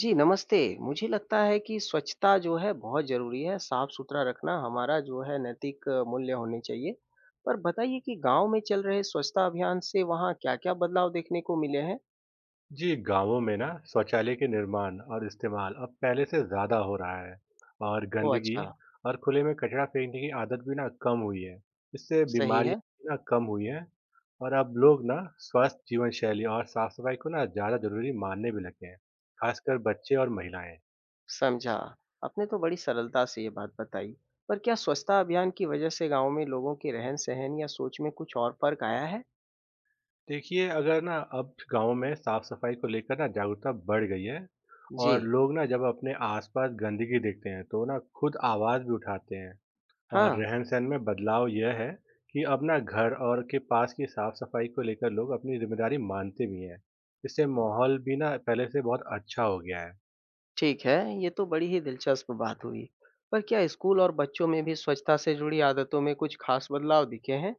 जी, नमस्ते। मुझे लगता है कि स्वच्छता जो है बहुत ज़रूरी है, साफ़-सुथरा रखना हमारा जो है नैतिक मूल्य होने चाहिए। पर बताइए कि गाँव में चल रहे स्वच्छता अभियान से वहाँ क्या-क्या बदलाव देखने को मिले हैं? जी, गाँवों में ना शौचालय के निर्माण और इस्तेमाल अब पहले से ज़्यादा हो रहा है और ओह! गंदगी अच्छा, और खुले में कचरा फेंकने की आदत भी ना कम हुई है। इससे सही है, बीमारियाँ भी ना कम हुई हैं और अब लोग ना स्वस्थ जीवन शैली और साफ सफाई को ना ज़्यादा ज़रूरी मानने भी लगे हैं, खासकर बच्चे और महिलाएं। समझा। आपने तो बड़ी सरलता से ये बात बताई। पर क्या स्वच्छता अभियान की वजह से गाँव में लोगों के रहन-सहन या सोच में कुछ और फ़र्क आया है? देखिए, अगर ना अब गाँव में साफ सफाई को लेकर ना जागरूकता बढ़ गई है जी, और लोग ना जब अपने आसपास गंदगी देखते हैं तो ना खुद आवाज़ भी उठाते हैं। हाँ। और रहन-सहन में बदलाव यह है कि अब ना घर और के पास की साफ-सफाई को लेकर लोग अपनी ज़िम्मेदारी मानते भी हैं। इससे माहौल भी ना पहले से बहुत अच्छा हो गया है। ठीक है, ये तो बड़ी ही दिलचस्प बात हुई। पर क्या स्कूल और बच्चों में भी स्वच्छता से जुड़ी आदतों में कुछ खास बदलाव दिखे हैं?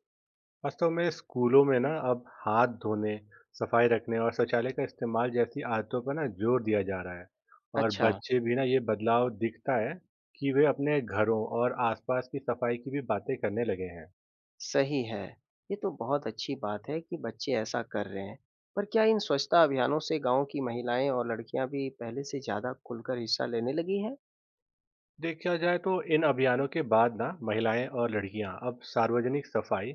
वास्तव में स्कूलों में ना अब हाथ धोने, सफाई रखने और शौचालय का इस्तेमाल जैसी आदतों पर ना जोर दिया जा रहा है। और अच्छा, बच्चे भी ना ये बदलाव दिखता है कि वे अपने घरों और आसपास की सफाई की भी बातें करने लगे हैं। सही है। ये तो बहुत अच्छी बात है कि बच्चे ऐसा कर रहे हैं। पर क्या इन स्वच्छता अभियानों से गाँव की महिलाएं और लड़कियां भी पहले से ज़्यादा खुलकर हिस्सा लेने लगी हैं? देखा जाए तो इन अभियानों के बाद ना महिलाएं और लड़कियां अब सार्वजनिक सफाई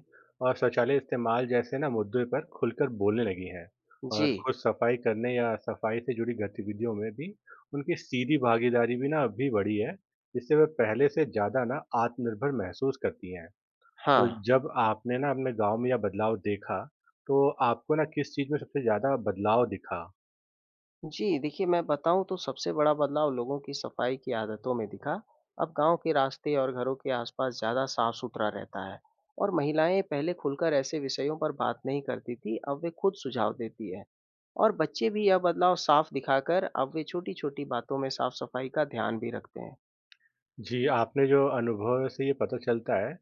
और शौचालय इस्तेमाल जैसे ना मुद्दों पर खुलकर बोलने लगी हैं और जी, खुद सफाई करने या सफाई से जुड़ी गतिविधियों में भी उनकी सीधी भागीदारी भी ना अभी बढ़ी है जिससे वे पहले से ज़्यादा ना आत्मनिर्भर महसूस करती हैं। तो हाँ। जब आपने ना अपने गांव में यह बदलाव देखा तो आपको ना किस चीज़ में सबसे ज़्यादा बदलाव दिखा? जी, देखिए मैं बताऊँ तो सबसे बड़ा बदलाव लोगों की सफाई की आदतों में दिखा। अब गाँव के रास्ते और घरों के आसपास ज़्यादा साफ-सुथरा रहता है और महिलाएं पहले खुलकर ऐसे विषयों पर बात नहीं करती थी, अब वे खुद सुझाव देती हैं। और बच्चे भी यह बदलाव साफ दिखाकर अब वे छोटी-छोटी बातों में साफ-सफाई का ध्यान भी रखते हैं। जी, आपने जो अनुभव से ये पता चलता है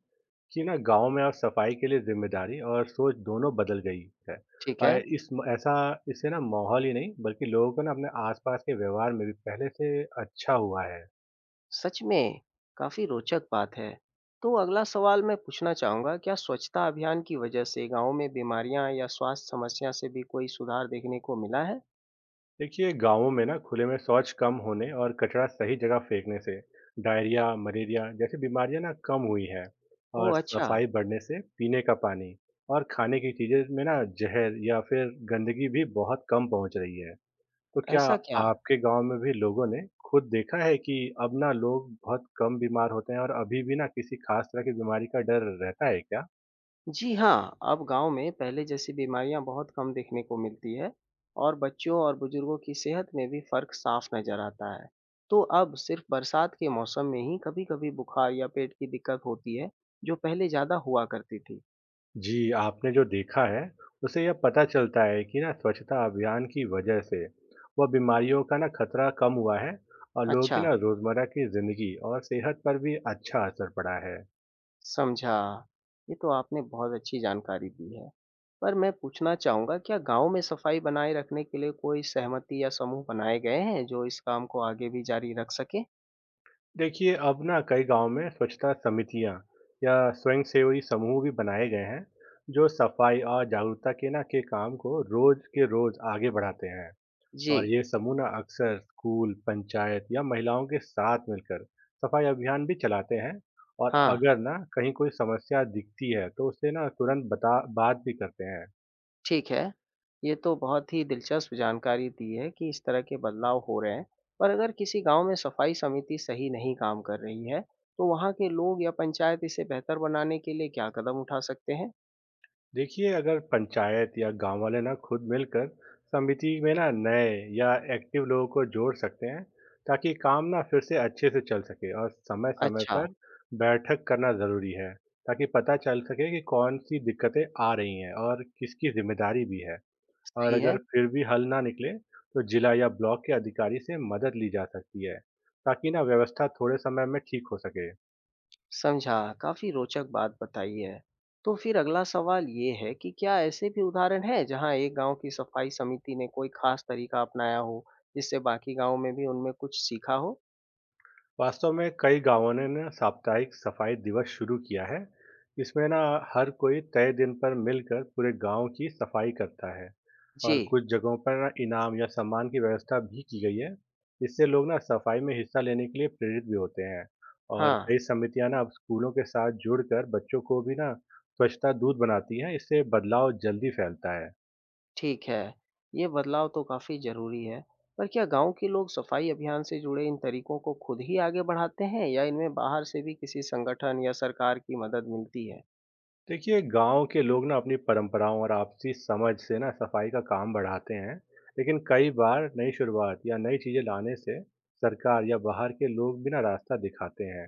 कि ना गांव में अब सफाई के लिए जिम्मेदारी और सोच दोनों बदल गई है। ठीक और है, इस ऐसा इससे ना माहौल ही नहीं बल्कि लोगों को ना अपने आसपास के व्यवहार में भी पहले से अच्छा हुआ है। सच में काफ़ी रोचक बात है। तो अगला सवाल मैं पूछना चाहूँगा, क्या स्वच्छता अभियान की वजह से गाँव में बीमारियाँ या स्वास्थ्य समस्या से भी कोई सुधार देखने को मिला है? देखिए, गांवों में ना खुले में शौच कम होने और कचरा सही जगह फेंकने से डायरिया मलेरिया जैसी बीमारियां ना कम हुई है। और ओह! अच्छा, सफाई बढ़ने से पीने का पानी और खाने की चीजें में ना जहर या फिर गंदगी भी बहुत कम पहुंच रही है। तो क्या ऐसा क्या? आपके गांव में भी लोगों ने खुद देखा है कि अब ना लोग बहुत कम बीमार होते हैं और अभी भी ना किसी खास तरह की बीमारी का डर रहता है क्या? जी हाँ, अब गाँव में पहले जैसी बीमारियाँ बहुत कम देखने को मिलती है और बच्चों और बुजुर्गों की सेहत में भी फ़र्क साफ नज़र आता है। तो अब सिर्फ बरसात के मौसम में ही कभी-कभी बुखार या पेट की दिक्कत होती है, जो पहले ज़्यादा हुआ करती थी। जी, आपने जो देखा है, उससे यह पता चलता है कि ना स्वच्छता अभियान की वजह से वह बीमारियों का ना खतरा कम हुआ है और लोगों की अच्छा, ना रोजमर्रा की जिंदगी और सेहत पर भी अच्छा असर पड़ा है। समझा। ये तो आपने बहुत अच्छी जानकारी दी है। पर मैं पूछना चाहूँगा क्या गाँव में सफाई बनाए रखने के लिए कोई सहमति या समूह बनाए गए हैं, जो इस काम को आगे भी जारी रख सकें? देखिए, अब ना कई गाँव में स्वच्छता समितियाँ या स्वयंसेवी समूह भी बनाए गए हैं, जो सफाई और जागरूकता के ना के काम को रोज़ के रोज़ आगे बढ़ाते हैं। और जी, ये समूह ना अक्सर स्कूल, पंचायत या महिलाओं के साथ मिलकर सफाई अभियान भी चलाते हैं और हाँ। अगर ना कहीं कोई समस्या दिखती है, तो उसे ना तुरंत बता बात भी करते हैं। ठीक है, ये तो बहुत ही दिलचस्प जानकारी दी है कि इस तरह के बदलाव हो रहे हैं। पर अगर किसी गांव में सफाई समिति सही नहीं काम कर रही है, तो वहां के लोग या पंचायत इसे बेहतर बनाने के लिए क्या कदम उठा सकते हैं? देखिए, अगर पंचायत या गांव वाले ना खुद मिलकर समिति में ना नए या एक्टिव लोगों को जोड़ सकते हैं ताकि काम ना फिर से अच्छे से चल सके और समय समय अच्छा, पर बैठक करना ज़रूरी है ताकि पता चल सके कि कौन सी दिक्कतें आ रही हैं और किसकी जिम्मेदारी भी है। और सही अगर है, फिर भी हल ना निकले तो जिला या ब्लॉक के अधिकारी से मदद ली जा सकती है ताकि ना व्यवस्था थोड़े समय में ठीक हो सके। समझा। काफी रोचक बात बताई है। तो फिर अगला सवाल ये है कि क्या ऐसे भी उदाहरण हैं जहां एक गांव की सफाई समिति ने कोई खास तरीका अपनाया हो, जिससे बाकी गांव में भी उनमें कुछ सीखा हो? वास्तव में कई गांवों ने ना साप्ताहिक सफाई दिवस शुरू किया है। इसमें ना हर कोई तय दिन पर मिलकर पूरे गांव की सफाई करता है और जी, कुछ जगहों पर ना इनाम या सम्मान की व्यवस्था भी की गई है। इससे लोग ना सफाई में हिस्सा लेने के लिए प्रेरित भी होते हैं। और हाँ। कई समितियां ना अब स्कूलों के साथ जुड़कर बच्चों को भी ना स्वच्छता दूत बनाती हैं। इससे बदलाव जल्दी फैलता है। ठीक है, ये बदलाव तो काफ़ी ज़रूरी है। पर क्या गाँव के लोग सफाई अभियान से जुड़े इन तरीकों को खुद ही आगे बढ़ाते हैं या इनमें बाहर से भी किसी संगठन या सरकार की मदद मिलती है? देखिए, गांव के लोग ना अपनी परंपराओं और आपसी समझ से ना सफाई का काम बढ़ाते हैं लेकिन कई बार नई शुरुआत या नई चीजें लाने से सरकार या बाहर के लोग भी ना रास्ता दिखाते हैं।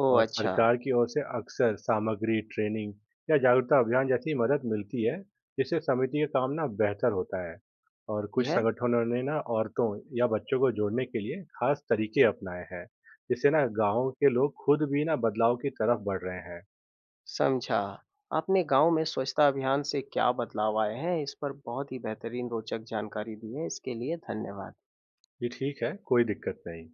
ओह और अच्छा, सरकार की ओर से अक्सर सामग्री ट्रेनिंग या जागरूकता अभियान जैसी मदद मिलती है जिससे समिति का काम ना बेहतर होता है। और ये कुछ है, संगठनों ने ना औरतों या बच्चों को जोड़ने के लिए खास तरीके अपनाए हैं जिससे ना गांव के लोग खुद भी ना बदलाव की तरफ बढ़ रहे हैं। समझा। आपने गाँव में स्वच्छता अभियान से क्या बदलाव आए हैं, इस पर बहुत ही बेहतरीन रोचक जानकारी दी है, इसके लिए धन्यवाद। ये ठीक है, कोई दिक्कत नहीं।